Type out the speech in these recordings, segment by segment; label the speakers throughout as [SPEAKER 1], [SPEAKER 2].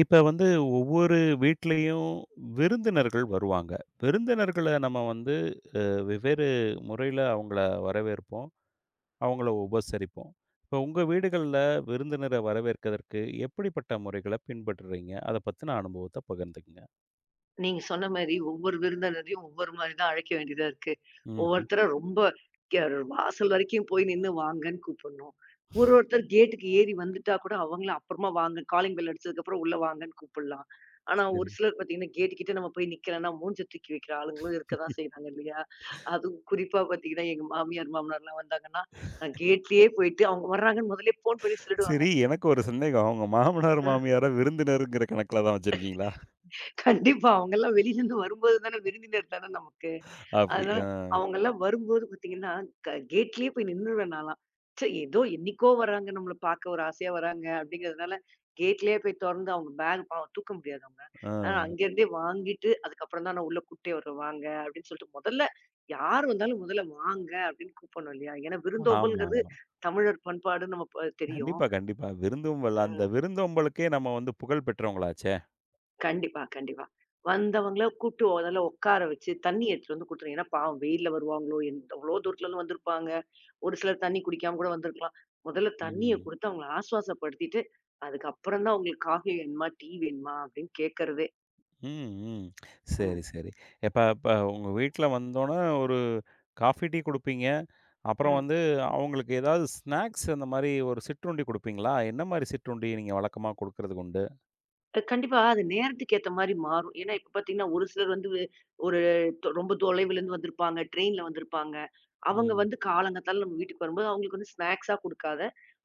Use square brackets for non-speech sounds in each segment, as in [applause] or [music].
[SPEAKER 1] இப்ப வந்து ஒவ்வொரு வீட்லயும் விருந்தினர்கள் வருவாங்க. விருந்தினர்கள நம்ம வந்து வெவ்வேறு முறையில அவங்கள வரவேற்போம், அவங்கள உபசரிப்போம். இப்ப உங்க வீடுகள்ல விருந்தினர வரவேற்கதற்கு எப்படிப்பட்ட முறைகள பின்பற்றுறீங்க? அத பத்தின அனுபவத்த பகிர்ந்துக்கங்க.
[SPEAKER 2] நீங்க சொன்ன மாரி, ஒவ்வொரு விருந்தினரையும் ஒவ்வொரு மாரி தான் அழைக்க வேண்டியதா இருக்கு.
[SPEAKER 1] ம்ஹ்ம்.
[SPEAKER 2] ஒவ்வொருத்தர ரொம்ப கெ வாசல் வரைக்கும் போய் நின்னு வாங்கன்னு கூப்பிடணும். ஒருத்தர் கேட்டுக்கு ஏறி வந்துட்டா கூட அவங்கள அப்புறமா வாங்க, காலிங் பெல் அடிச்சதுக்கப்புறம் உள்ள வாங்கன்னு கூப்பிடலாம். ஆனா, ஒரு
[SPEAKER 1] சரி.
[SPEAKER 2] சிலர் பார்த்தீங்கன்னா, கேட் கிட்ட நம்ம போய் நிக்கிறோம்னா, மூஞ்ச தூக்கி வைக்கிற ஆளுங்களும் இருக்க தான் செய்றாங்க இல்லையா? அதுவும் குறிப்பா பார்த்தீங்கன்னா, எங்க மாமியார், மாமனார்லாம் வந்தாங்கன்னா, நான் கேட்லயே போயிட்டு அவங்க வர்றாங்கன்னு முதல்லயே ஃபோன் பண்ணி சொல்லிடுவாங்க.
[SPEAKER 1] சரி, எனக்கு ஒரு சந்தேகம். உங்க மாமனார், மாமியார விருந்தினருங்கிற கணக்குல தான் வச்சிருக்கீங்களா?
[SPEAKER 2] கண்டிப்பா. அவங்கலாம் வெளியிலருந்து வரும்போது தானே விருந்தினர் தானே நமக்கு.
[SPEAKER 1] அப்படி
[SPEAKER 2] அதனால
[SPEAKER 1] அ,
[SPEAKER 2] அவங்கலாம் வரும்போது பார்த்தீங்கன்னா, கேட்லயே போய் நின்னுருவேன் நான்லாம். ஏதோ என்னைக்கோ வராங்க நம்மள பார்க்க ஒரு ஆசையா வராங்க அப்படிங்கிறதுனால, கேட்லயே போய் தொறந்து அவங்க பேக் பாவம் தூக்க முடியாது அவங்க. ஆனா
[SPEAKER 1] அ.
[SPEAKER 2] அங்கேருந்தே வாங்கிட்டு, அதுக்கப்புறம் தான் நான் உள்ள கூட்டே வருவேன் வாங்க அப்படின்னு சொல்லிட்டு முதல்ல யார் வந்தாலும் முதல்ல வாங்க அப்படின்னு கூப்பிடணும் இல்லையா? ஏன்னா விருந்தோம்பல்ங்கிறது
[SPEAKER 1] ஆமாமா.
[SPEAKER 2] தமிழர் பண்பாடுன்னு நம்ம தெரியும்.
[SPEAKER 1] கண்டிப்பா, கண்டிப்பா. விருந்தோம்பல் அந்த
[SPEAKER 2] ம்.
[SPEAKER 1] விருந்தோம்பலுக்கே நம்ம வந்து புகழ் பெற்றவங்களாச்சே!
[SPEAKER 2] கண்டிப்பா, கண்டிப்பா. வந்தவங்கள கூட்டு முதல்ல உட்கார வச்சு, தண்ணி எடுத்துட்டு வந்து குடுத்துருங்க. ஏன்னா பாவம் வெயில்ல வருவாங்களோ, எவ்வளோ தூரத்துலருந்து வந்திருப்பாங்க. ஒரு சிலர் தண்ணி குடிக்காம கூட வந்திருக்கலாம். முதல்ல தண்ணிய
[SPEAKER 1] ம்.
[SPEAKER 2] குடுத்து அவங்கள ஆசுவாசப்படுத்திட்டு, அதுக்கப்புறம் தான் உங்களுக்கு காஃபி வேணுமா, டீ வேணுமா அப்படின்னு கேட்கறதே.
[SPEAKER 1] ம், ம்.
[SPEAKER 2] ம்.
[SPEAKER 1] சரி, சரி. இப்ப இப்ப உங்க வீட்ல வந்தோன ஒரு காஃபி, டீ குடுப்பீங்க. அப்புறம்
[SPEAKER 2] ம்.
[SPEAKER 1] வந்து அவங்களுக்கு ஏதாவது ஸ்நாக்ஸ் அந்த மாரி ஒரு சிற்றுண்டி குடுப்பீங்களா? என்ன மாரி சிற்றுண்டி நீங்க வழக்கமா குடுக்கறதுக்கு உண்டு?
[SPEAKER 2] கண்டிப்பா. அது நேரத்துக்கு ஏத்த மாரி மாறும். ஏன்னா, இப்ப பாத்தீங்கன்னா, ஒரு சிலர் வந்து ஒரு ரொம்ப தொலைவிலருந்து வந்திருப்பாங்க. ட்ரெயின்ல வந்திருப்பாங்க. அவங்க
[SPEAKER 1] ம்,
[SPEAKER 2] வந்து காலங்காத்தால நம்ம வீட்டுக்கு வரும்போது, அவங்களுக்கு வந்து ஸ்நாக்ஸா குடுக்காத,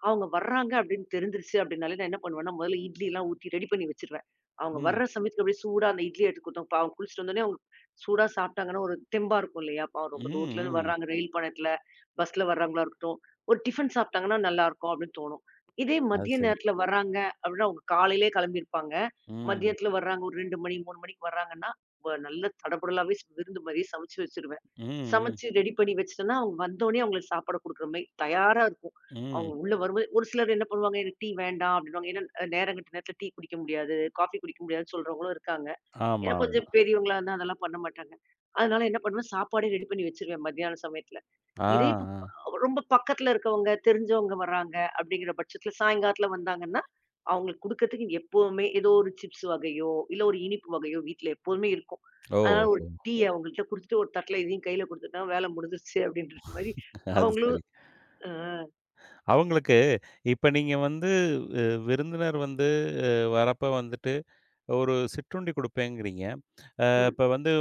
[SPEAKER 2] அவங்க வர்றாங்க அப்படின்னு தெரிஞ்சிருச்சு அப்படின்னாலே, நான் என்ன பண்ணுவேன்னா, முதல்ல இட்லிலாம் ஊத்தி ரெடி பண்ணி வச்சுருவேன். அவங்க
[SPEAKER 1] ம்,
[SPEAKER 2] வர்ற சமயத்துக்கு அப்படியே சூடா அந்த இட்லிய எடுத்து குடுத்தோம். பாவம் குளிச்சுட்டு வந்தோனே அவங்க சூடா சாப்பிட்டாங்கன்னா, ஒரு தெம்பா இருக்கும் இல்லையா? பாவம்
[SPEAKER 1] ம்,
[SPEAKER 2] ரொம்ப தூரத்துலருந்து
[SPEAKER 1] ம்.
[SPEAKER 2] வர்றாங்க. ரயில் பயணத்துல, பஸ்ல வர்றவங்களா இருக்கட்டும். ஒரு டிஃபன் சாப்பிட்டாங்கன்னா, நல்லாருக்கும் அப்படின்னு தோணும். இதே
[SPEAKER 1] அது
[SPEAKER 2] மதிய
[SPEAKER 1] சரி.
[SPEAKER 2] நேரத்துல வர்றாங்க அப்படின்னா, அவங்க காலையிலயே கெளம்பியிருப்பாங்க.
[SPEAKER 1] ம்,
[SPEAKER 2] மதியத்துல வர்றாங்க. ஒரு 2 மணி, 3 மணிக்கு வர்றாங்கன்னா, நல்ல தடபுடலாவே விருந்து மாரியே சமைச்சு வச்சுருவேன்.
[SPEAKER 1] ம், ம்,
[SPEAKER 2] சமைச்சு ரெடி பண்ணி வச்சுட்டேன்னா, அவங்க வந்தோனே அவங்களுக்கு சாப்பாடு குடுக்குற மாரி தயாரா இருக்கும்.
[SPEAKER 1] ம்.
[SPEAKER 2] அவங்க உள்ள வரும்போது ஒரு சிலர் என்ன பண்ணுவாங்க, "எனக்கு டீ வேண்டாம்" அப்படின்னுவாங்க. ஏன்னா, நேரங்கெட்ட நேரத்துல டீ குடிக்க முடியாது, காஃபி குடிக்க முடியாதுன்னு சொல்றவங்களும் இருக்காங்க. ஏன்னா
[SPEAKER 1] ஆமா, ஆமா.
[SPEAKER 2] கொஞ்சம் பெரியவங்களா இருந்தா அதெல்லாம் பண்ண மாட்டாங்க. அதனால என்ன பண்ணுவேன், சாப்பாடே ரெடி பண்ணி வச்சுருவேன் மத்தியான சமயத்துல.
[SPEAKER 1] ஆ,
[SPEAKER 2] இதே இப்ப
[SPEAKER 1] ஆ.
[SPEAKER 2] ரொம்ப பக்கத்துல இருக்கவங்க, தெரிஞ்சவங்க வர்றாங்க அப்படிங்கிற பட்சத்துல சாயங்காலத்துல வந்தாங்கன்னா, அவங்களுக்கு குடுக்கறதுக்கு எப்பவுமே ஏதோ ஒரு சிப்ஸ் வகையோ, இல்ல ஒரு இனிப்பு வகையோ வீட்ல எப்போதுமே இருக்கும்.
[SPEAKER 1] ஓ!
[SPEAKER 2] அதனால ஒரு
[SPEAKER 1] ஓ!
[SPEAKER 2] டீய அவங்கள்ட்ட குடுத்துட்டு ஒரு தட்டுல இதையும் கையில குடுத்துட்டா வேலை முடிஞ்சிருச்சு அப்படின்ற மாரி
[SPEAKER 1] அது
[SPEAKER 2] அவங்களும்
[SPEAKER 1] சரி.
[SPEAKER 2] அ
[SPEAKER 1] அவங்களுக்கு இப்ப நீங்க வந்து அ விருந்தினர் வந்து அ வரப்ப வந்துட்டு ஒரு சிற்றுண்டி குடுப்பேங்கிறீங்க.
[SPEAKER 2] ம்.
[SPEAKER 1] இப்ப வந்து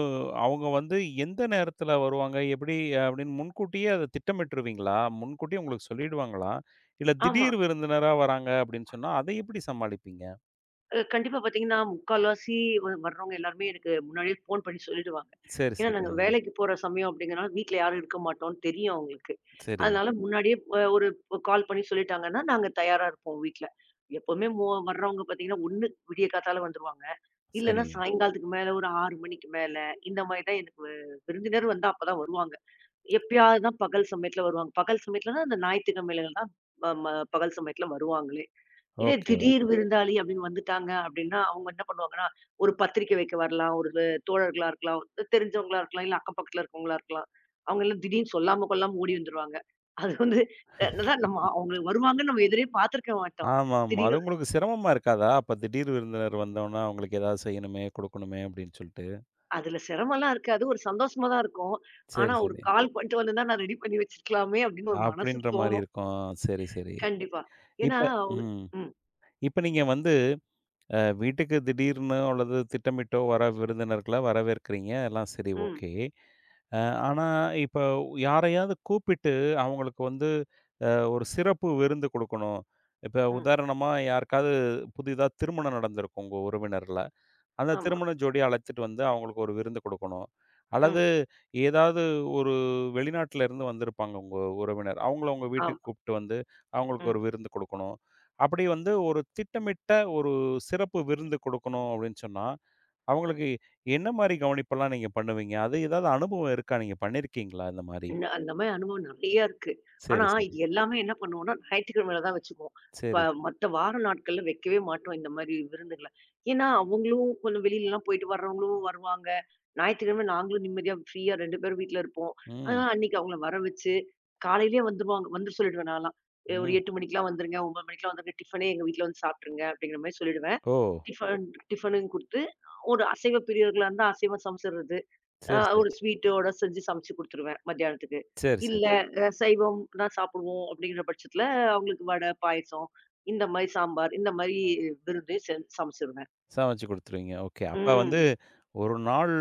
[SPEAKER 1] அவங்க வந்து எந்த நேரத்துல வருவாங்க? எப்படி அப்படின்னு முன்கூட்டியே அத திட்டமிட்டுருவீங்களா? முன்கூட்டியே உங்களுக்கு சொல்லிடுவாங்களா? இல்ல
[SPEAKER 2] ஆமா.
[SPEAKER 1] திடீர் விருந்தினரா வராங்க அப்படின்னு சொன்னா, அதை எப்படி சமாளிப்பீங்க?
[SPEAKER 2] கண்டிப்பா பார்த்தீங்கன்னா, முக்கால்வாசி வர்றவங்க எல்லாருமே எனக்கு முன்னாடியே ஃபோன் பண்ணி சொல்லிடுவாங்க.
[SPEAKER 1] சரி,
[SPEAKER 2] ஏன்னா,
[SPEAKER 1] சரி.
[SPEAKER 2] நாங்க
[SPEAKER 1] அ.
[SPEAKER 2] வேலைக்கு போற சமயம் அப்படிங்கிறனால வீட்ல யாரும் இருக்க மாட்டோம்னு தெரியும் அவங்களுக்கு.
[SPEAKER 1] சரி,
[SPEAKER 2] அதனால முன்னாடியே ஒரு கால் பண்ணி சொல்லிட்டாங்கன்னா, நாங்க தயாரா இருப்போம் வீட்ல. எப்பவுமே வர்றவங்க பார்த்தீங்கன்னா, ஒண்ணு விடிய காத்தால வந்துருவாங்க. இல்லன்னா
[SPEAKER 1] சரி.
[SPEAKER 2] சாயங்காலத்துக்கு மேல ஒரு 6 மணிக்கு மேல, இந்த மாரி தான் எனக்கு விருந்தினர் வந்தா அப்பதான் வருவாங்க. எப்பயாவது தான் பகல் சமயத்துல வருவாங்க. பகல் சமயத்துலனா அந்த ஞாயிற்றுக்கிழமையில தான் ம ம பகல் சமயத்துல வருவாங்களே! இதே
[SPEAKER 1] ஓகே,
[SPEAKER 2] திடீர்
[SPEAKER 1] ஓகே.
[SPEAKER 2] விருந்தாளி அப்படின்னு வந்துட்டாங்க அப்படின்னா, அவங்க என்ன பண்ணுவாங்கன்னா, ஒரு பத்திரிக்கை வைக்க வரலாம், ஒரு தோழர்களா இருக்கலாம், தெரிஞ்சவங்களா இருக்கலாம், இல்ல அக்கம் பக்கத்துல இருக்கவங்களா இருக்கலாம். அவங்க எல்லாம் திடீர்னு சொல்லாம கொள்ளாம ஓடி வந்துருவாங்க. அது வந்து அதான் நம்ம அவங்க வருவாங்கன்னு நம்ம எதிரே பார்த்துருக்க மாட்டோம்.
[SPEAKER 1] ஆமாமா. அது
[SPEAKER 2] திடீர்னு
[SPEAKER 1] உங்களுக்கு சிரமமா இருக்காதா? அப்ப திடீர் விருந்தினர் வந்தோன்னா, அவங்களுக்கு ஏதாவது செய்யணுமே, குடுக்கணுமே அப்படின்னு சொல்லிட்டு.
[SPEAKER 2] அதுல சிரமம்லாம் இருக்காது. ஒரு சந்தோஷமா தான் இருக்கும். ஆனா
[SPEAKER 1] சரி,
[SPEAKER 2] ஒரு
[SPEAKER 1] சரி.
[SPEAKER 2] கால் பண்ணிட்டு வந்திருந்தா நான் ரெடி பண்ணி வச்சிருக்கலாமே அப்படின்னு ஒரு மனசு
[SPEAKER 1] அப்படின்ற மாரி
[SPEAKER 2] தோணும்.
[SPEAKER 1] இருக்கும். சரி, சரி.
[SPEAKER 2] கண்டிப்பா. ஏன்னா
[SPEAKER 1] இப்ப
[SPEAKER 2] அவங்க
[SPEAKER 1] ம்.
[SPEAKER 2] ம்,
[SPEAKER 1] இப்ப நீங்க வந்து வீட்டுக்கு திடீர்னு அல்லது திட்டமிட்டோ வர விருந்தினர்கள வரவேற்கிறீங்க. எல்லாம் சரி
[SPEAKER 2] ம்,
[SPEAKER 1] ஓகே. அ ஆனா, இப்ப யாரையாவது கூப்பிட்டு அவங்களுக்கு வந்து அ ஒரு சிறப்பு விருந்து குடுக்கணும். இப்ப
[SPEAKER 2] ம்.
[SPEAKER 1] உதாரணமா யாருக்காவது புதிதா திருமணம் நடந்திருக்கும் உங்க உறவினர்கள. அந்த
[SPEAKER 2] ஆமா.
[SPEAKER 1] திருமண ஜோடிய அழைத்துட்டு வந்து அவங்களுக்கு ஒரு விருந்து குடுக்கணும். அல்லது
[SPEAKER 2] ம்.
[SPEAKER 1] ஏதாவது ஒரு வெளிநாட்டுல இருந்து வந்திருப்பாங்க உங்க உறவினர். அவங்கள உங்க வீட்டுக்கு
[SPEAKER 2] ஆமா.
[SPEAKER 1] கூப்பிட்டு வந்து, அவங்களுக்கு
[SPEAKER 2] ம்.
[SPEAKER 1] ஒரு விருந்து கொடுக்கணும். அப்படி வந்து ஒரு திட்டமிட்ட ஒரு சிறப்பு விருந்து கொடுக்கணும் அப்படின்னு சொன்னா, அவங்களுக்கு என்ன மாரி கவனிப்பெல்லாம் நீங்க பண்ணுவீங்க? அது ஏதாவது அனுபவம் இருக்கா? நீங்க பண்ணியிருக்கீங்களா இந்த மாரி?
[SPEAKER 2] என்ன அந்த மாரி அனுபவம் நெறையா இருக்கு. ஆனா
[SPEAKER 1] சரி, சரி.
[SPEAKER 2] இது எல்லாமே என்ன பண்ணுவோம்னா, ஞாயிற்றுக்கிழமையில தான் வச்சுக்குவோம். இப்ப
[SPEAKER 1] சரி.
[SPEAKER 2] மத்த வார நாட்கள்ல வைக்கவே மாட்டோம் இந்த மாரி விருந்துகள. ஏன்னா, அவங்களும் கொஞ்சம் வெளிலலாம் போயிட்டு வர்றவங்களும் வருவாங்க. ஞாயிற்றுக்கிழமை நாங்களும் நிம்மதியா ஃப்ரீயா 2 பேரும் வீட்ல இருப்போம்.
[SPEAKER 1] ம்,
[SPEAKER 2] அதனால அன்னைக்கு அவங்கள வர வச்சு, காலையிலயே வந்துருவாங்க. வந்துர சொல்லிடுவேன் நான்லாம். ஒரு
[SPEAKER 1] ம்.
[SPEAKER 2] 8 மணிக்கெல்லாம் வந்துருங்க, 9 மணிக்கெல்லாம் வந்துருங்க. டிஃபனே எங்க வீட்ல வந்து சாப்ட்டுருங்க." அப்படிங்கிற மாரி சொல்லிடுவேன்.
[SPEAKER 1] ஓ!
[SPEAKER 2] டிஃபன் டிஃபனும் குடுத்து, ஒரு அசைவ பிரியர்களா இருந்தா அசைவம் சமைச்சிடுறது.
[SPEAKER 1] சரி, சரி.
[SPEAKER 2] ஒரு ஸ்வீட்டோட செஞ்சு சமைச்சு குடுத்துருவேன் மத்தியானத்துக்கு.
[SPEAKER 1] சரி,
[SPEAKER 2] இல்ல
[SPEAKER 1] சரி.
[SPEAKER 2] சரி. சைவம் தான் சாப்பிடுவோம் அப்படிங்கிற பட்சத்துல, அவங்களுக்கு வடை, பாயசம் இந்த மாரி சாம்பார், இந்த மாரி விருந்து சமைச்சிருவேன்.
[SPEAKER 1] சமைச்சு குடுத்துருவீங்க. ஓகே. அப்ப வந்து
[SPEAKER 2] ம்.
[SPEAKER 1] 1 நாள்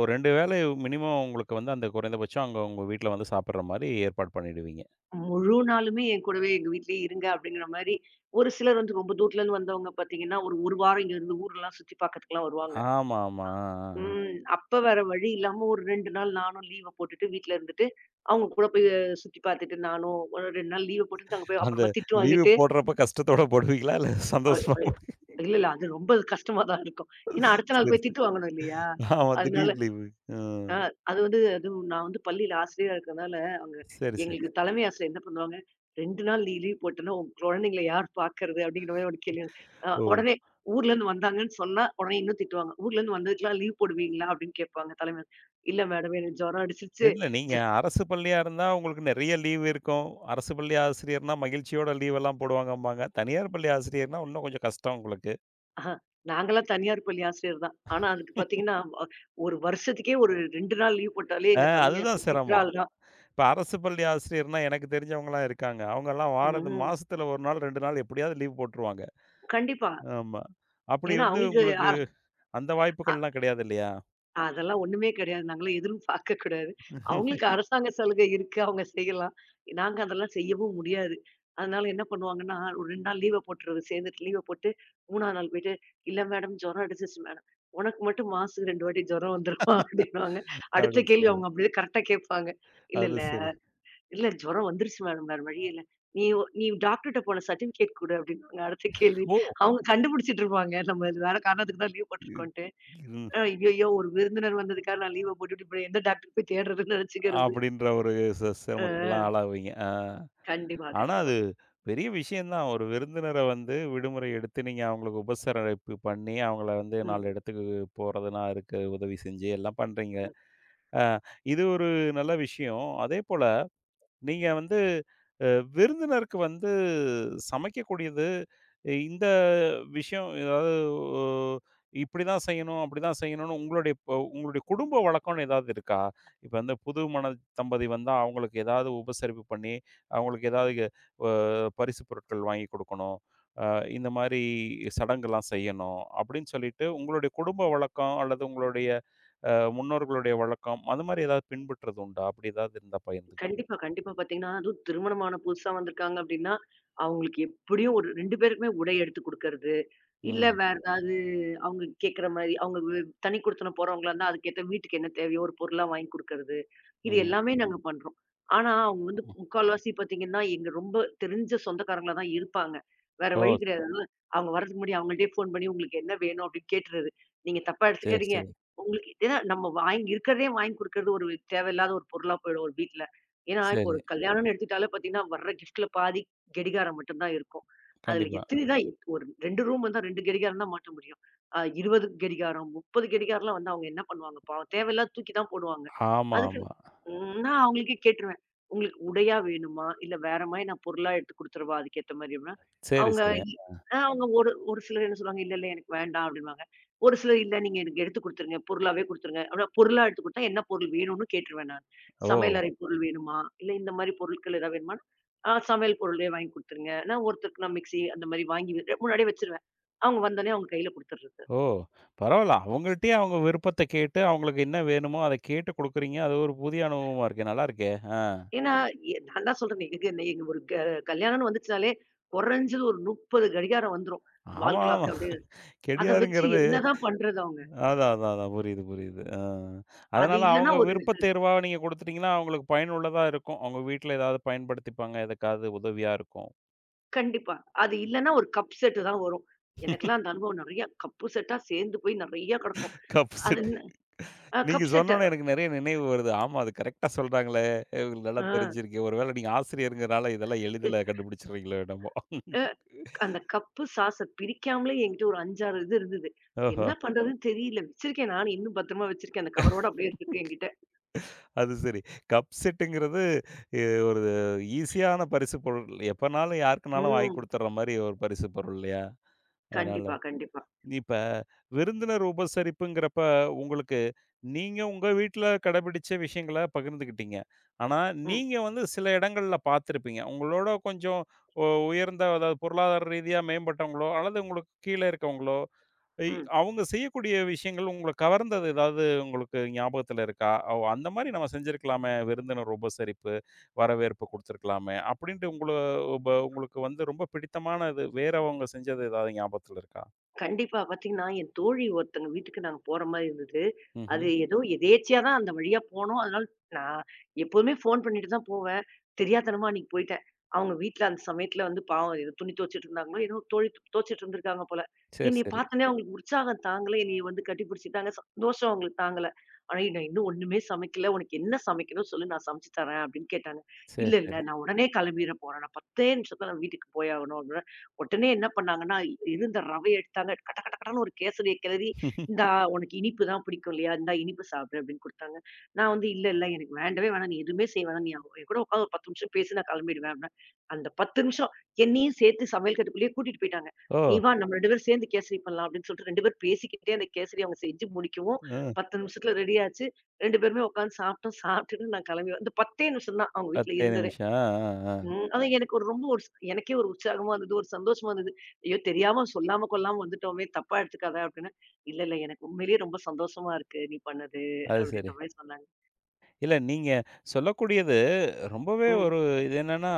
[SPEAKER 1] ஒரு 2 வேளை மினிமம் உங்களுக்கு வந்து அந்த குறைந்தபட்சம் அங்க உங்க வீட்ல வந்து சாப்பிடுற மாரி ஏற்பாடு பண்ணிடுவீங்க.
[SPEAKER 2] முழு நாளுமே என் கூடவே எங்க வீட்லயே இருங்க அப்படிங்கிற மாரி, ஒரு சிலர் வந்து ரொம்ப தூரத்துலருந்து வந்தவங்க பார்த்தீங்கன்னா, ஒரு 1 வாரம் இங்கருந்து ஊர்லாம் சுத்தி பார்க்கறதுக்குலாம் வருவாங்க.
[SPEAKER 1] ஆமா, ஆமா. ஆ, ஆ.
[SPEAKER 2] ம். அப்ப வேற வழி இல்லாம ஒரு 2 நாள் நானும் லீவ போட்டுட்டு வீட்ல இருந்துட்டு, அவங்க கூட போய் சுத்தி பார்த்துட்டு நானும் ஒரு 2 நாள் லீவ போட்டுட்டு அங்க போய்
[SPEAKER 1] அந்த
[SPEAKER 2] அப்புறமா திட்டு
[SPEAKER 1] லீவு
[SPEAKER 2] வாங்கிட்டு,
[SPEAKER 1] போடுறப்ப கஷ்டத்தோட போடுவீங்களா? இல்ல
[SPEAKER 2] அ
[SPEAKER 1] சந்தோஷமா போடு.
[SPEAKER 2] இல்ல, இல்ல. அது ரொம்ப கஷ்டமா தான் இருக்கும். ஏன்னா அடுத்த நாள்
[SPEAKER 1] சரி,
[SPEAKER 2] போய்
[SPEAKER 1] சரி.
[SPEAKER 2] திட்டு வாங்கணும் இல்லையா?
[SPEAKER 1] ஆமா,
[SPEAKER 2] அதனால
[SPEAKER 1] திடீர்
[SPEAKER 2] ஆமா.
[SPEAKER 1] லீவு. ஆ.
[SPEAKER 2] அ அது வந்து அதுவும் நான் வந்து பள்ளியில ஆசிரியரா இருக்கிறனால, அவங்க
[SPEAKER 1] சரி, சரி.
[SPEAKER 2] எங்களுக்கு தலைமை ஆசிரியர் என்ன பண்ணுவாங்க, "2 நாள் நீ லீவ் போட்டன்னா, உன் குழந்தைங்கள யார் பார்க்கறது?" அப்படிங்கிற மாரி ஒரு கேள்வி.
[SPEAKER 1] ஓ!
[SPEAKER 2] உடனே ஊர்லேருந்து வந்தாங்கன்னு சொன்னா, உடனே இன்னும் திட்டுவாங்க. "ஊர்லேருந்து வந்ததுக்கெல்லாம் லீவ் போடுவீங்களா?" அப்படின்னு கேட்பாங்க தலைமை. "இல்ல மேடம், எனக்கு ஜுரம் அடிச்சிருச்சு.
[SPEAKER 1] இல்ல நீங்க
[SPEAKER 2] ஜ
[SPEAKER 1] அரசு பள்ளியா இருந்தா உங்களுக்கு நெறைய லீவ் இருக்கும். அரசு பள்ளி ஆசிரியர்னா மகிழ்ச்சியோட லீவெல்லாம் போடுவாங்கம்பாங்க. தனியார் பள்ளி ஆசிரியர்னா இன்னும் கொஞ்சம் கஷ்டம் உங்களுக்கு.
[SPEAKER 2] அஹ நாங்கலாம் தனியார் பள்ளி ஆசிரியர் தான். ஆனா அதுக்கு பார்த்தீங்கன்னா, அ ஒரு வருஷத்துக்கே ஒரு 2 நாள் லீவ் போட்டாலே
[SPEAKER 1] ஆ
[SPEAKER 2] எங்க தலைமை
[SPEAKER 1] அதுதான்
[SPEAKER 2] ஆசிரியர் திட்ற
[SPEAKER 1] சிரமம்.
[SPEAKER 2] ஆள் தான்."
[SPEAKER 1] இப்ப அரசு பள்ளி ஆசிரியர்னா எனக்கு தெரிஞ்சவங்கலாம் இருக்காங்க. அவங்கலாம் வாரது
[SPEAKER 2] ம்.
[SPEAKER 1] மாசத்துல 1 நாள், 2 நாள் எப்படியாவது லீவ் போட்டுருவாங்க.
[SPEAKER 2] கண்டிப்பா.
[SPEAKER 1] ஆமா. அப்படி
[SPEAKER 2] ஏன்னா
[SPEAKER 1] வந்து
[SPEAKER 2] அவங்களுக்கு
[SPEAKER 1] உங்களுக்கு
[SPEAKER 2] அர
[SPEAKER 1] அந்த
[SPEAKER 2] அ
[SPEAKER 1] வாய்ப்புகள்லாம் கிடையாது இல்லையா?
[SPEAKER 2] அதெல்லாம் ஒண்ணுமே கிடையாது. நாங்கலாம் எதுவும் பார்க்கக்கூடாது. அவங்களுக்கு அரசாங்க சலுகை இருக்கு. அவங்க செய்யலாம். நாங்க அதெல்லாம் செய்யவும் முடியாது. அதனால என்ன பண்ணுவாங்கன்னா, ஒரு 2 நாள் லீவ போட்டுறது. சேர்ந்துட்டு லீவ போட்டு 3ஆவது நாள் போயிட்டு, "இல்ல மேடம் ஜுரம் அடிச்சிருச்சு மேடம்." "உனக்கு மட்டும் மாசத்துக்கு 2 வாட்டி ஜுரம் வந்துருமா?" [laughs] அப்படின்னுவாங்க. அடுத்த
[SPEAKER 1] அப்படின்னு
[SPEAKER 2] கேள்வி
[SPEAKER 1] சொல்லுவாரு.
[SPEAKER 2] அவங்க அப்படியே கரெக்ட்டா கேட்பாங்க. "இல்ல,
[SPEAKER 1] அது
[SPEAKER 2] இல்ல.
[SPEAKER 1] சரி.
[SPEAKER 2] இல்ல ஜுரம் வந்துருச்சு மேடம். வேற வழி இல்ல. நீ டாக்டர்ட்ட போன சர்டிஃபிகேட் குடு." அப்படின்னுவாங்க அடுத்த கேள்வி.
[SPEAKER 1] ஓ!
[SPEAKER 2] அவங்க கண்டுபிடிச்சிட்டு இருப்பாங்க. நம்ம இது வேற காரணத்துக்கு தான் லீவ்
[SPEAKER 1] இ
[SPEAKER 2] போட்டுருக்கோன்ட்டு.
[SPEAKER 1] ம்.
[SPEAKER 2] ஐய்யயோ! ஒரு விருந்தினர் வந்ததுக்காக நான் லீவ போட்டுட்டு, இப்ப எந்த டாக்டர் போய் தேடுறதுன்னு நெனச்சுக்கிறது.
[SPEAKER 1] அப்படின்ற ஒரு சிரமத்துக்கெல்லாம்
[SPEAKER 2] ஆ,
[SPEAKER 1] ஆளாவீங்க. ஆ.
[SPEAKER 2] கண்டிப்பா,
[SPEAKER 1] ஆனா
[SPEAKER 2] கண்டிப்பா.
[SPEAKER 1] அது பெரிய விஷயம் தான். ஒரு விருந்தினர வந்து விடுமுறை எடுத்து நீங்க அவங்களுக்கு உபசரிப்பு பண்ணி, அவங்கள வந்து
[SPEAKER 2] ம்.
[SPEAKER 1] 4 இடத்துக்கு போறதுனா இருக்கு. உதவி செஞ்சு எல்லாம் பண்றீங்க.
[SPEAKER 2] ம்.
[SPEAKER 1] அ இது ஒரு நல்ல விஷயம். அதேபோல நீங்க வந்து அ விருந்தினருக்கு வந்து சமைக்கக்கூடியது, இந்த விஷயம் ஏதாவது ஒ இப்படிதான் செய்யணும், அப்படிதான் செய்யணும்னு உங்களுடைய ப உங்களுடைய குடும்ப வழக்கம்னு ஏதாவது இருக்கா? இப்ப வந்து புது மண தம்பதி வந்தா அவங்களுக்கு ஏதாவது உபசரிப்பு பண்ணி, அவங்களுக்கு ஏதாவது க அ பரிசு பொருட்கள் வாங்கி குடுக்கணும். அ இந்த மாரி சடங்குலாம் செய்யணும். அப்படின்னு சொல்லிட்டு உங்களுடைய குடும்ப வழக்கம் அல்லது உங்களுடைய அ முன்னோர்களுடைய வழக்கம், அது மாரி ஏதாவது பின்பற்றது உண்டா? அப்படி ஏதாவது இருந்தா பகிர்ந்துக்கங்க.
[SPEAKER 2] கண்டிப்பா, கண்டிப்பா பாத்தீங்கன்னா, அதுவும் திருமணமான புதுசா வந்திருக்காங்க அப்டின்னா, அவங்களுக்கு எப்படியும் ஒரு 2 பேருக்குமே உடை எடுத்து குடுக்கறது. இல்ல
[SPEAKER 1] ம்.
[SPEAKER 2] வேற ஏதாவது அவங்க கேட்கிற மாரி, அவங்க வி தனி குடித்தனம் போறவங்களா இருந்தா, அதுக்கேத்த வீட்டுக்கு என்ன தேவையோ ஒரு பொருளா வாங்கி குடுக்கறது. இது
[SPEAKER 1] ம்.
[SPEAKER 2] எல்லாமே நாங்க பண்றோம். ஆனா, அவங்க வந்து
[SPEAKER 1] ம்.
[SPEAKER 2] முக்கால்வாசி பார்த்தீங்கன்னா, எங்க ரொம்ப தெரிஞ்ச சொந்தக்காரங்களா தான் இருப்பாங்க. வேற வழி
[SPEAKER 1] ஓ!
[SPEAKER 2] கிடையாது. அதனால அவங்க வர்றதுக்கு முன்னாடி அவங்கள்ட்டயே ஃபோன் பண்ணி, "உங்களுக்கு என்ன வேணும்?" அப்படின்னு கேட்டுறது. "நீங்க தப்பா
[SPEAKER 1] சரி,
[SPEAKER 2] எடுத்துக்காதீங்க.
[SPEAKER 1] சரி,
[SPEAKER 2] உங்களுக்கு" ஏன்னா நம்ம வாங்கி இருக்கிறதே வாங்கி குடுக்கறது ஒரு தேவையில்லாத ஒரு பொருளா போயிடும் ஒரு வீட்ல. ஏன்னா, இப்போ
[SPEAKER 1] சரி.
[SPEAKER 2] ஒரு கல்யாணம்னு எடுத்துக்கிட்டாலே பார்த்தீங்கன்னா, வர்ற கிஃப்ட்ல பாதி கெடிகாரம் மட்டும் தான் இருக்கும். அதுல
[SPEAKER 1] கண்டிப்பா.
[SPEAKER 2] எத்தன தான் ஒரு 2 ரூம் வந்தா 2 கடிகாரம் தான் மாட்ட முடியும். 20 கடிகாரம், 30 கடிகாரம்லாம் வந்தா அவங்க என்ன பண்ணுவாங்க பாவம்? தேவையில்லாத தூக்கி தான் போடுவாங்க.
[SPEAKER 1] ஆமா,
[SPEAKER 2] அதுக்கு
[SPEAKER 1] ஆமா.
[SPEAKER 2] ம் நான் அவங்களுக்கே கேட்டுருவேன். உங்களுக்கு உடையா வேணுமா? இல்ல வேற மாரி நான் பொருளா எடுத்து குடுத்துறவா? அதுக்கேத்த மாரி அப்படின்னா,
[SPEAKER 1] சரி,
[SPEAKER 2] அவங்க
[SPEAKER 1] சரி.
[SPEAKER 2] அவங்க ஒரு ஒரு சிலர் என்ன சொல்லுவாங்க, "இல்ல, இல்ல எனக்கு வேண்டாம்" அப்படின்னுவாங்க. ஒரு சிலர், "இல்ல நீங்க எனக்கு எடுத்து குடுத்துருங்க. பொருளாவே குடுத்துருங்க." அப்படின்னா பொருளா எடுத்து குடுத்தா என்ன பொருள் வேணும்னு கேட்டுருவேன் நான்.
[SPEAKER 1] ஓ!
[SPEAKER 2] சமையலறை பொருள் வேணுமா? இல்ல இந்த மாரி பொருட்கள் ஏதாவது வேணுமா? ஆ சமையல் பொருளே வாங்கி குடுத்துருங்க. நான் ஒருத்தருக்கு நான் மிக்ஸி அந்த மாரி வாங்கி முன்னாடியே வச்சுருவேன். அவங்க வந்தோனே அவங்க கையில குடுத்துடுறது.
[SPEAKER 1] ஓ! பரவால்ல. அவங்கள்ட்டயே அவங்க விருப்பத்த கேட்டு, அவங்களுக்கு என்ன வேணுமோ அத கேட்டு குடுக்குறீங்க. அது ஒரு புதிய அனுபவமா இருக்கே! நல்லா இருக்கே! ஆ.
[SPEAKER 2] ஏன்னா, நான் தான் சொல்றேனே, எங்க எங்க ஒரு கல்யாணம்னு வந்துச்சுனாலே, குறைஞ்சது ஒரு 30 கடிகாரம் வந்துரும்.
[SPEAKER 1] ஆமா,
[SPEAKER 2] வால்
[SPEAKER 1] ஆமா.
[SPEAKER 2] கிளாக் அப்டின்னு. அத வச்சு
[SPEAKER 1] கெடியாருங்கிறது
[SPEAKER 2] என்னதான் பண்றது அவங்க?
[SPEAKER 1] அதான், அதான், அதான். புரியுது, புரியுது. ஆ.
[SPEAKER 2] அது
[SPEAKER 1] அதனால
[SPEAKER 2] இல்லன்னா
[SPEAKER 1] அவங்க
[SPEAKER 2] ஒரு
[SPEAKER 1] விருப்ப தேர்வா நீங்க குடுத்துட்டீங்கன்னா, அவங்களுக்கு பயனுள்ளதா இருக்கும். அவங்க வீட்ல ஏதாவது பயன்படுத்திப்பாங்க. எதுக்காவது உதவியா இருக்கும்.
[SPEAKER 2] கண்டிப்பா. அது இல்லன்னா ஒரு கப் செட் தான் வரும். எனக்கெல்லாம் அந்த அனுபவம் நெறைய கப்பு செட்டா சேர்ந்து போய் நெறைய கெடக்கும்.
[SPEAKER 1] கப்
[SPEAKER 2] அது
[SPEAKER 1] செட்.
[SPEAKER 2] அ
[SPEAKER 1] நீங்க
[SPEAKER 2] கப் செட்டு.
[SPEAKER 1] சொன்னோனே எனக்கு நெறைய நினைவு வருது. ஆமா, அது கரெக்ட்டா சொல்றாங்களே! இவங்களுக்கு நல்லா தெரிஞ்சிருக்கு. ஒருவேள நீங்க ஆசிரியர்ங்கிறனால இதெல்லாம் எளிதில கண்டுபிடிச்சிடுறீங்களோ என்னமோ!
[SPEAKER 2] ஆ. அந்த கப்பு சாஸ பிரிக்காமலே என்கிட்ட ஒரு 5, 6 இது இருந்தது.
[SPEAKER 1] ஓஹோ!
[SPEAKER 2] என்ன பண்றதுன்னு தெரியல. வச்சிருக்கேன் நானு. இன்னும் பத்திரமா வச்சிருக்கேன். அந்த கவரோட அப்படியே இருக்கு என்கிட்ட.
[SPEAKER 1] அது சரி. கப் செட்டுங்கிறது எ ஒரு ஈஸியான பரிசு பொருள். எப்பனாலும் யாருக்குனாலும் வாங்கி
[SPEAKER 2] ம்.
[SPEAKER 1] குடுத்துர்ற மாரி ஒரு பரிசு பொருள் இல்லையா? அதனால
[SPEAKER 2] கண்டிப்பா, கண்டிப்பா.
[SPEAKER 1] இப்ப விருந்தினர் உபசரிப்புங்கிறப்ப, உங்களுக்கு நீங்க உங்க வீட்ல கடைபிடிச்ச விஷயங்கள பகிர்ந்துக்கிட்டீங்க. ஆனா,
[SPEAKER 2] ம்,
[SPEAKER 1] நீங்க வந்து சில இடங்கள்ல பார்த்திருப்பீங்க. உங்களோட கொஞ்சம் உ உயர்ந்த அதாவது பொருளாதார ரீதியா மேம்பட்டவங்களோ, அல்லது உங்களுக்கு கீழே இருக்கவங்களோ, இ
[SPEAKER 2] ம்.
[SPEAKER 1] அவங்க செய்யக்கூடிய விஷயங்கள் உங்கள கவர்ந்தது ஏதாவது உங்களுக்கு ஞாபகத்துல இருக்கா? "ஓ! அந்த மாரி நம்ம செஞ்சிருக்கலாமே, விருந்தினர் உபசரிப்பு, வரவேற்பு குடுத்துருக்கலாமே." அப்படின்ட்டு உங்கள உங்களுக்கு வந்து ரொம்ப பிடித்தமானது வேறவங்க செஞ்சது ஏதாவது ஞாபகத்துல இருக்கா?
[SPEAKER 2] கண்டிப்பா. பாத்தீங்கன்னா, என் தோழி ஒருத்தங்க வீட்டுக்கு நாங்க போற மாரி இருந்தது.
[SPEAKER 1] ம்ஹ்ம்.
[SPEAKER 2] அது ஏதோ எதேர்ச்சியா தான் அந்த வழியா போனோம். அதனால நான் எப்போதுமே ஃபோன் பண்ணிட்டு தான் போவேன். தெரியாத்தனமா அன்னைக்கு போயிட்டேன். அவங்க வீட்ல அந்த சமயத்துல வந்து பாவம் ஏதோ துணி துவச்சிட்டு இருந்தாங்களோ, ஏதோ தோழி துவச்சிட்டு இருந்திருக்காங்க போல.
[SPEAKER 1] சரி,
[SPEAKER 2] என்னைய
[SPEAKER 1] சரி.
[SPEAKER 2] பார்த்தோனே அவங்களுக்கு உற்சாகம் தாங்கல. என்னைய வந்து கட்டி பிடிச்சுட்டாங்க. சந்தோஷம் அவங்களுக்கு தாங்கல. ஆனா, "நான் இன்னும் ஒண்ணுமே சமைக்கல. உனக்கு என்ன சமைக்கணும் சொல்லு, நான் சமைச்சு தரேன்" அப்படின்னு கேட்டாங்க.
[SPEAKER 1] சரி,
[SPEAKER 2] "இல்ல,
[SPEAKER 1] சரி.
[SPEAKER 2] இல்ல நான் உடனே கிளம்பிற போறேன். நான் 10 நிமிஷத்துல நான் வீட்டுக்கு போயாகணும்" உடனே என்ன பண்ணாங்கன்னா, இருந்த ரவைய எடுத்தாங்க. கட கட கடன்னு ஒரு கேசரிய கிளறி,
[SPEAKER 1] [laughs]
[SPEAKER 2] "இந்தா உனக்கு இனிப்பு தான் பிடிக்கும் இல்லையா? இந்தா இனிப்பு சாப்பிடு" அப்படின்னு குடுத்தாங்க. நான் வந்து, "இல்ல, இல்ல எனக்கு வேண்டவே வேணாம். நீ எதுவுமே செய்ய வேணாம். நீ அவங்க என் கூட உட்காந்து ஒரு 10 நிமிஷம் பேசு நான் கிளம்பிடுவேன்" அப்படின்னேன். அந்த 10 நிமிஷம் என்னையும் சேர்த்து சமையல் கட்டுக்குள்ளேயே கூட்டிட்டு போயிட்டாங்க.
[SPEAKER 1] ஓ!
[SPEAKER 2] "நீ வா நம்ம 2 பேரும் சேர்ந்து கேசரி பண்ணலாம்" அப்படின்னு சொல்லிட்டு 2 பேரும் பேசிக்கிட்டே அந்த கேசரிய அவங்க செஞ்சு முடிக்கவும்,
[SPEAKER 1] ஆ.
[SPEAKER 2] 10 நிமிஷத்துல ரெடி ஆச்சு. 2 பேருமே உட்காந்து சாப்பிட்டோம். சாப்பிட்டுட்டு நான் கிளம்பி அந்த 10 நிமிஷம் தான் அவங்க வீட்ல
[SPEAKER 1] 10
[SPEAKER 2] இருந்தது.
[SPEAKER 1] நிமிஷம். ஆ, ஆ, ஆ.
[SPEAKER 2] ம். அதான் எனக்கு ஒரு ரொம்ப ஒரு எனக்கே ஒரு உற்சாகமா இருந்தது. ஒரு சந்தோஷமா இருந்தது. ஐயோ! தெரியாம சொல்லாம கொள்ளாம வந்துட்டோமே! தப்பா எடுத்துக்காத அப்டின்னா, இல்ல, இல்ல எனக்கு உண்மையிலேயே ரொம்ப சந்தோஷமா இருக்கு. நீ பண்ணது
[SPEAKER 1] அது சரி.
[SPEAKER 2] அப்டின்ற மாரி சொன்னாங்க.
[SPEAKER 1] இல்ல நீங்க சொல்லக்கூடியது ரொம்பவே
[SPEAKER 2] ம்.
[SPEAKER 1] ஒரு இது என்னன்னா,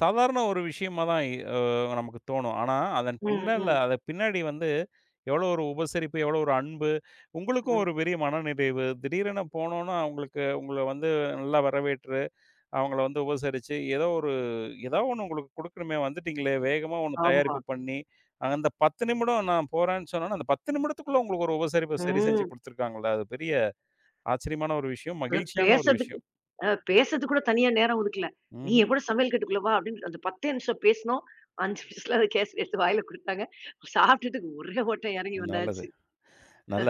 [SPEAKER 1] சாதாரண ஒரு விஷயமா தான் அ நமக்கு தோணும். ஆனா, அதன்
[SPEAKER 2] ம்.
[SPEAKER 1] பின்னல
[SPEAKER 2] ம்.
[SPEAKER 1] அத பின்னாடி வந்து எவ்வளோ ஒரு உபசரிப்பு, எவ்வளோ ஒரு அன்பு, உங்களுக்கும்
[SPEAKER 2] ம்.
[SPEAKER 1] ஒரு பெரிய மனநிறைவு. திடீரென போனோனா, உங்களுக்கு உங்கள வந்து நல்லா வரவேற்று அவங்கள வந்து உபசரிச்சு, ஏதோ ஒரு ஏதோ ஒண்ணு உங்களுக்கு குடுக்கணுமே வந்துட்டீங்களே! வேகமா ஒண்ணு
[SPEAKER 2] ஆமா.
[SPEAKER 1] தயாரிப்பு பண்ணி, அந்த 10 நிமிடம் நான் போறேன்னு சொன்னோனே, அந்த 10 நிமிடத்துக்குள்ள உங்களுக்கு ஒரு உபசரிப்ப சரி செஞ்சு
[SPEAKER 2] ம்.
[SPEAKER 1] குடுத்துருக்காங்கல்ல. அது பெரிய ஆச்சரியமான ஒரு விஷயம்.
[SPEAKER 2] அது
[SPEAKER 1] மகிழ்ச்சியான ஒரு
[SPEAKER 2] பேசறதுக்கு
[SPEAKER 1] விஷயம்.
[SPEAKER 2] பேசறதுக்கு கூட தனியா நேரம் ஒதுக்கல. "நீ
[SPEAKER 1] ம்ஹ்ம்.
[SPEAKER 2] என் கூட சமையல் கட்டுக்குள்ள வா" அப்டின்னு அந்த 10 நிமிஷம் பேசினோம். 5 நிமிஷத்துல அத கேசரி எடுத்து வாயில குடுத்தாங்க. சாப்பிட்டதுக்கு ஒரே ஓட்டம் இறங்கி
[SPEAKER 1] நல்லது.
[SPEAKER 2] வந்தாச்சு.
[SPEAKER 1] நல்ல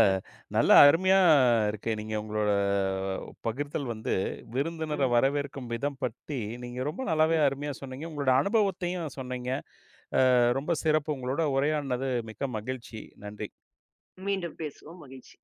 [SPEAKER 1] நல்ல அருமையா இருக்கு. நீங்க உங்களோட பகிர்தல் வந்து விருந்தினர
[SPEAKER 2] ம்.
[SPEAKER 1] வரவேற்கும் விதம் பற்றி நீங்க ரொம்ப நல்லாவே
[SPEAKER 2] ம்.
[SPEAKER 1] அருமையா சொன்னீங்க. உங்களோட அனுபவத்தையும் சொன்னீங்க. ரொம்ப சிறப்பு. உங்களோட உரையாடினது மிக்க மகிழ்ச்சி. நன்றி.
[SPEAKER 2] மீண்டும் பேசுவோம். மகிழ்ச்சி.